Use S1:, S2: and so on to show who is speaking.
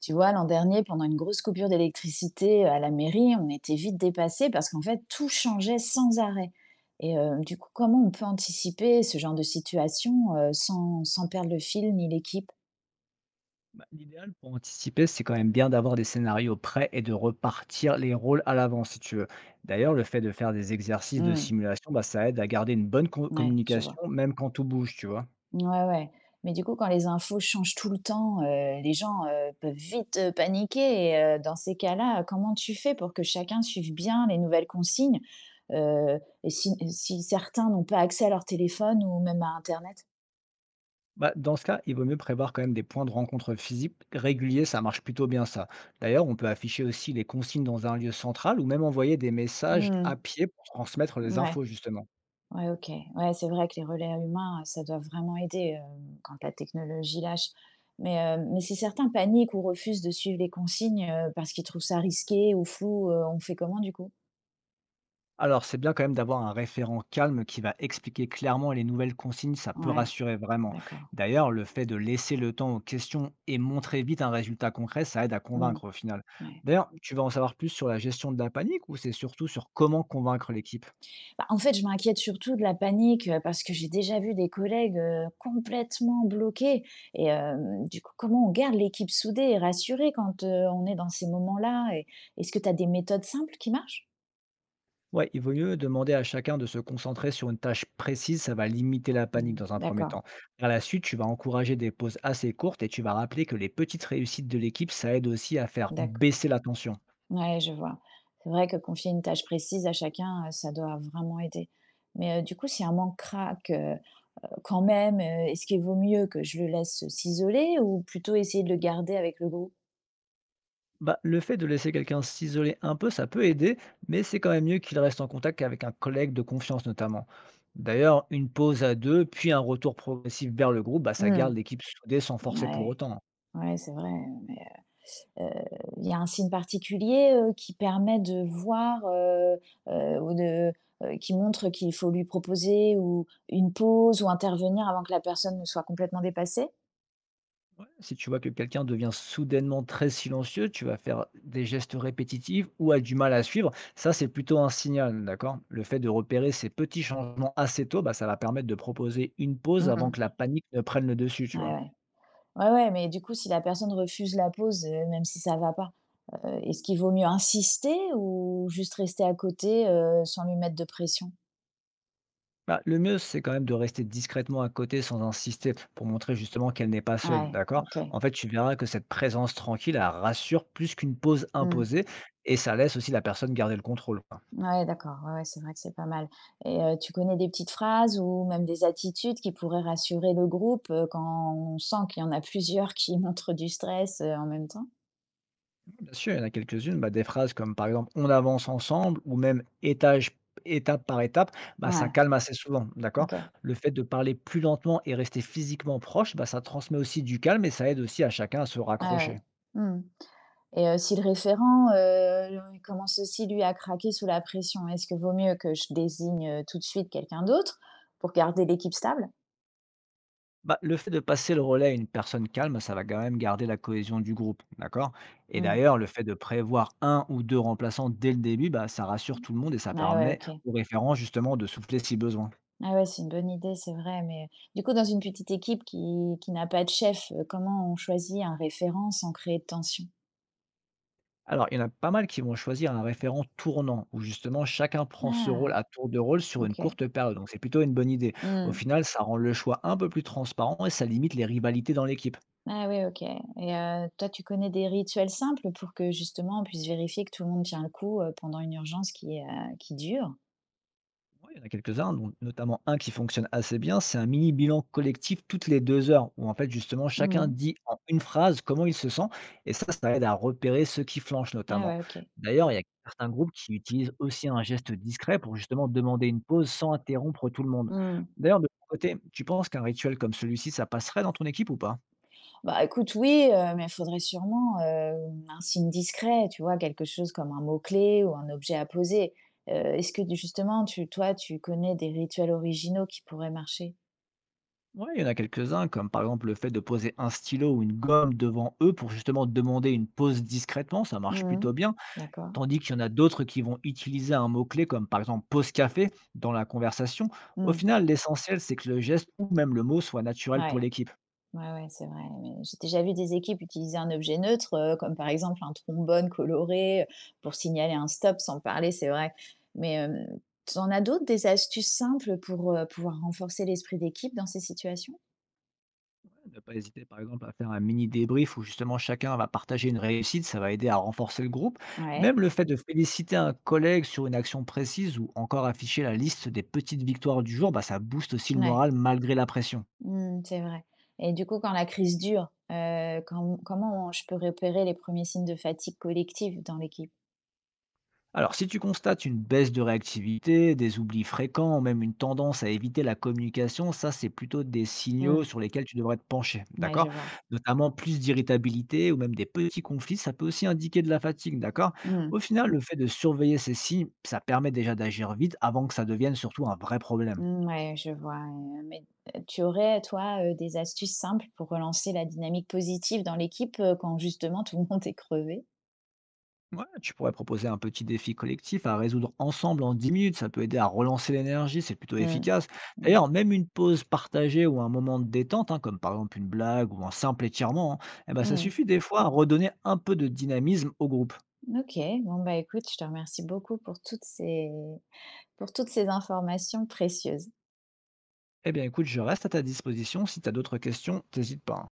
S1: Tu vois, l'an dernier, pendant une grosse coupure d'électricité à la mairie, on était vite dépassés parce qu'en fait, tout changeait sans arrêt. Et du coup, comment on peut anticiper ce genre de situation sans perdre le fil ni l'équipe.
S2: Bah, l'idéal pour anticiper, c'est quand même bien d'avoir des scénarios prêts et de repartir les rôles à l'avance, si tu veux. D'ailleurs, le fait de faire des exercices de
S1: Hmm.
S2: simulation, bah, ça aide à garder une bonne
S1: Ouais, je vois.
S2: communication, même quand tout bouge, tu vois.
S1: Ouais, ouais. Mais du coup, quand les infos changent tout le temps, les gens peuvent vite paniquer. Et dans ces cas-là, comment tu fais pour que chacun suive bien les nouvelles consignes euh, et si certains n'ont pas accès à leur téléphone ou même à Internet?
S2: Bah, dans ce cas, il vaut mieux prévoir quand même des points de rencontre physiques réguliers, ça marche plutôt bien ça. D'ailleurs, on peut afficher aussi les consignes dans un lieu central ou même envoyer des messages à pied pour transmettre les
S1: Ouais,
S2: infos, justement.
S1: ouais, OK. Ouais, c'est vrai que les relais humains, ça doit vraiment aider, quand la technologie lâche. Mais si certains paniquent ou refusent de suivre les consignes, parce qu'ils trouvent ça risqué ou flou, on fait comment du coup?
S2: Alors, c'est bien quand même d'avoir un référent calme qui va expliquer clairement les nouvelles consignes, ça peut
S1: Ouais,
S2: rassurer vraiment.
S1: d'accord.
S2: D'ailleurs, le fait de laisser le temps aux questions et montrer vite un résultat concret, ça aide à
S1: Mmh,
S2: convaincre au final.
S1: ouais.
S2: D'ailleurs, tu vas en savoir plus sur la gestion de la panique ou c'est surtout sur comment convaincre l'équipe?
S1: Bah, en fait, je m'inquiète surtout de la panique, parce que j'ai déjà vu des collègues, complètement bloqués et du coup, comment on garde l'équipe soudée et rassurée quand, on est dans ces moments-là et est-ce que tu as des méthodes simples qui marchent?
S2: Ouais, il vaut mieux demander à chacun de se concentrer sur une tâche précise, ça va limiter la panique
S1: Mmh,
S2: dans un premier
S1: d'accord,
S2: temps. Par la suite, tu vas encourager des pauses assez courtes et tu vas rappeler que les petites réussites de l'équipe, ça aide aussi à faire
S1: d'acc.
S2: baisser la tension.
S1: Ouais, je vois. C'est vrai que confier une tâche précise à chacun, ça doit vraiment aider. Mais du coup, si un manque craque, quand même, est-ce qu'il vaut mieux que je le laisse, s'isoler ou plutôt essayer de le garder avec le groupe?
S2: Bah, le fait de laisser quelqu'un s'isoler un peu, ça peut aider, mais c'est quand même mieux qu'il reste en contact avec un collègue de confiance notamment. D'ailleurs, une pause à deux, puis un retour progressif vers le groupe, bah, ça
S1: Mmh,
S2: garde l'équipe soudée sans forcer pour
S1: ouais,
S2: autant.
S1: ouais, c'est vrai, mais, heu, il y a un signe particulier, qui permet de voir, ou de qui montre qu'il faut lui proposer ou une pause ou intervenir avant que la personne ne soit complètement dépassée?
S2: Si tu vois que quelqu'un devient soudainement très silencieux, tu vas faire des gestes répétitifs ou a du mal à suivre, ça c'est plutôt un signal, d'accord? Le fait de repérer ces petits changements assez tôt, bah, ça va permettre de proposer une pause avant
S1: Mmh,
S2: que la panique ne prenne le dessus, tu
S1: ouais,
S2: vois.
S1: ouais. Ouais, ouais, mais du coup, si la personne refuse la pause, même si ça va pas, est-ce qu'il vaut mieux insister ou juste rester à côté, sans lui mettre de pression?
S2: Bah, le mieux, c'est quand même de rester discrètement à côté sans insister, pour montrer justement qu'elle n'est pas seule,
S1: Ouais,
S2: d'accord?
S1: OK.
S2: En fait, tu verras que cette présence tranquille, elle rassure plus qu'une pause
S1: Mmh.
S2: imposée et ça laisse aussi la personne garder le contrôle, quoi.
S1: Ouais, d'accord, ouais, ouais, c'est vrai que c'est pas mal et tu connais des petites phrases ou même des attitudes qui pourraient rassurer le groupe, quand on sent qu'il y en a plusieurs qui montrent du stress, en même temps?
S2: Bien sûr, il y en a quelques-unes, bah, des phrases comme par exemple «on avance ensemble» ou même «étage, étape par étape», bah, ça
S1: Ouais,
S2: calme assez souvent, d'accord?
S1: OK.
S2: Le fait de parler plus lentement et rester physiquement proche, bah, ça transmet aussi du calme et ça aide aussi à chacun à se
S1: Ouais, ouais.
S2: raccrocher.
S1: Mmh. Et si le référent, il commence aussi lui à craquer sous la pression, est-ce que vaut mieux que je désigne, tout de suite quelqu'un d'autre pour garder l'équipe stable?
S2: Bah, le fait de passer le relais à une personne calme, ça va quand même garder la cohésion du groupe, d'accord? Et
S1: Mmh.
S2: d'ailleurs, le fait de prévoir un ou deux remplaçants dès le début, bah, ça rassure tout le monde et ça
S1: Ah ouais,
S2: permet
S1: OK.
S2: aux référents justement de souffler si besoin.
S1: Ah ouais, c'est une bonne idée, c'est vrai, mais du coup, dans une petite équipe qui n'a pas de chef, comment on choisit un référent sans créer de tension?
S2: Alors, il y en a pas mal qui vont choisir un référent tournant, où justement chacun prend ce rôle
S1: Ah,
S2: à tour de rôle sur une
S1: OK.
S2: courte période. Donc, c'est plutôt une bonne idée. Au
S1: Mmh.
S2: final, ça rend le choix un peu plus transparent et ça limite les rivalités dans l'équipe.
S1: Ah oui, OK. Et toi, tu connais des rituels simples pour que justement on puisse vérifier que tout le monde tient le coup, pendant une urgence qui dure?
S2: Oui, il y en a quelques-uns, dont notamment un qui fonctionne assez bien, c'est un mini bilan collectif toutes les 2 heures, où en fait justement chacun
S1: Mmh.
S2: dit en une phrase comment il se sent, et ça aide à repérer ceux qui flanchent
S1: Ah
S2: notamment.
S1: ouais, OK.
S2: D'ailleurs, il y a certains groupes qui utilisent aussi un geste discret pour justement demander une pause sans interrompre tout le monde.
S1: Mmh.
S2: D'ailleurs, de ton côté, tu penses qu'un rituel comme celui-ci, ça passerait dans ton équipe ou pas?
S1: Bah, écoute, oui, mais il faudrait sûrement, un signe discret, tu vois? Quelque chose comme un mot-clé ou un objet à poser. Est-ce que justement tu connais des rituels originaux qui pourraient marcher?
S2: Oui, il y en a quelques-uns, comme par exemple le fait de poser un stylo ou une gomme devant eux pour justement demander une pause discrètement, ça marche
S1: Mmh.
S2: plutôt bien.
S1: D'accord.
S2: Tandis qu'il y en a d'autres qui vont utiliser un mot-clé comme par exemple pause café dans la conversation. Au
S1: Mmh.
S2: final, l'essentiel, c'est que le geste ou même le mot soit naturel pour
S1: Ouais.
S2: l'équipe.
S1: Ouais, ouais, c'est vrai, mais j'ai déjà vu des équipes utiliser un objet neutre, comme par exemple un trombone coloré, pour signaler un stop sans parler, c'est vrai. Mais tu en as d'autres, des astuces simples pour, pouvoir renforcer l'esprit d'équipe dans ces situations?
S2: Ne pas hésiter par exemple à faire un mini débrief où justement chacun va partager une réussite, ça va aider à renforcer le groupe. Même
S1: Ouais.
S2: le fait de féliciter un collègue sur une action précise ou encore afficher la liste des petites victoires du jour, bah, ça booste aussi le
S1: Ouais.
S2: moral malgré la pression.
S1: Mmh, c'est vrai. Et du coup, quand la crise dure, comment je peux repérer les premiers signes de fatigue collective dans l'équipe?
S2: Alors, si tu constates une baisse de réactivité, des oublis fréquents, ou même une tendance à éviter la communication, ça, c'est plutôt des signaux
S1: Mmh,
S2: sur lesquels tu devrais te pencher,
S1: ouais,
S2: d'accord?
S1: je vois.
S2: Notamment plus d'irritabilité ou même des petits conflits, ça peut aussi indiquer de la fatigue, d'accord?
S1: Mmh.
S2: Au final, le fait de surveiller ces signes, ça permet déjà d'agir vite avant que ça devienne surtout un vrai problème.
S1: Mmh, ouais, je vois, mais tu aurais, toi, des astuces simples pour relancer la dynamique positive dans l'équipe, quand justement tout le monde est crevé?
S2: Ouais, tu pourrais proposer un petit défi collectif à résoudre ensemble en 10 minutes. Ça peut aider à relancer l'énergie, c'est plutôt
S1: Mmh.
S2: efficace.
S1: Mmh.
S2: D'ailleurs, même une pause partagée ou un moment de détente, hein, comme par exemple une blague ou un simple étirement, hein, eh ben, ça
S1: Mmh.
S2: suffit des fois à redonner un peu de dynamisme au groupe.
S1: OK. Bon, bah, écoute, je te remercie beaucoup pour toutes ces informations précieuses.
S2: Eh bien, écoute, je reste à ta disposition. Si tu as d'autres questions, n'hésite pas, hein.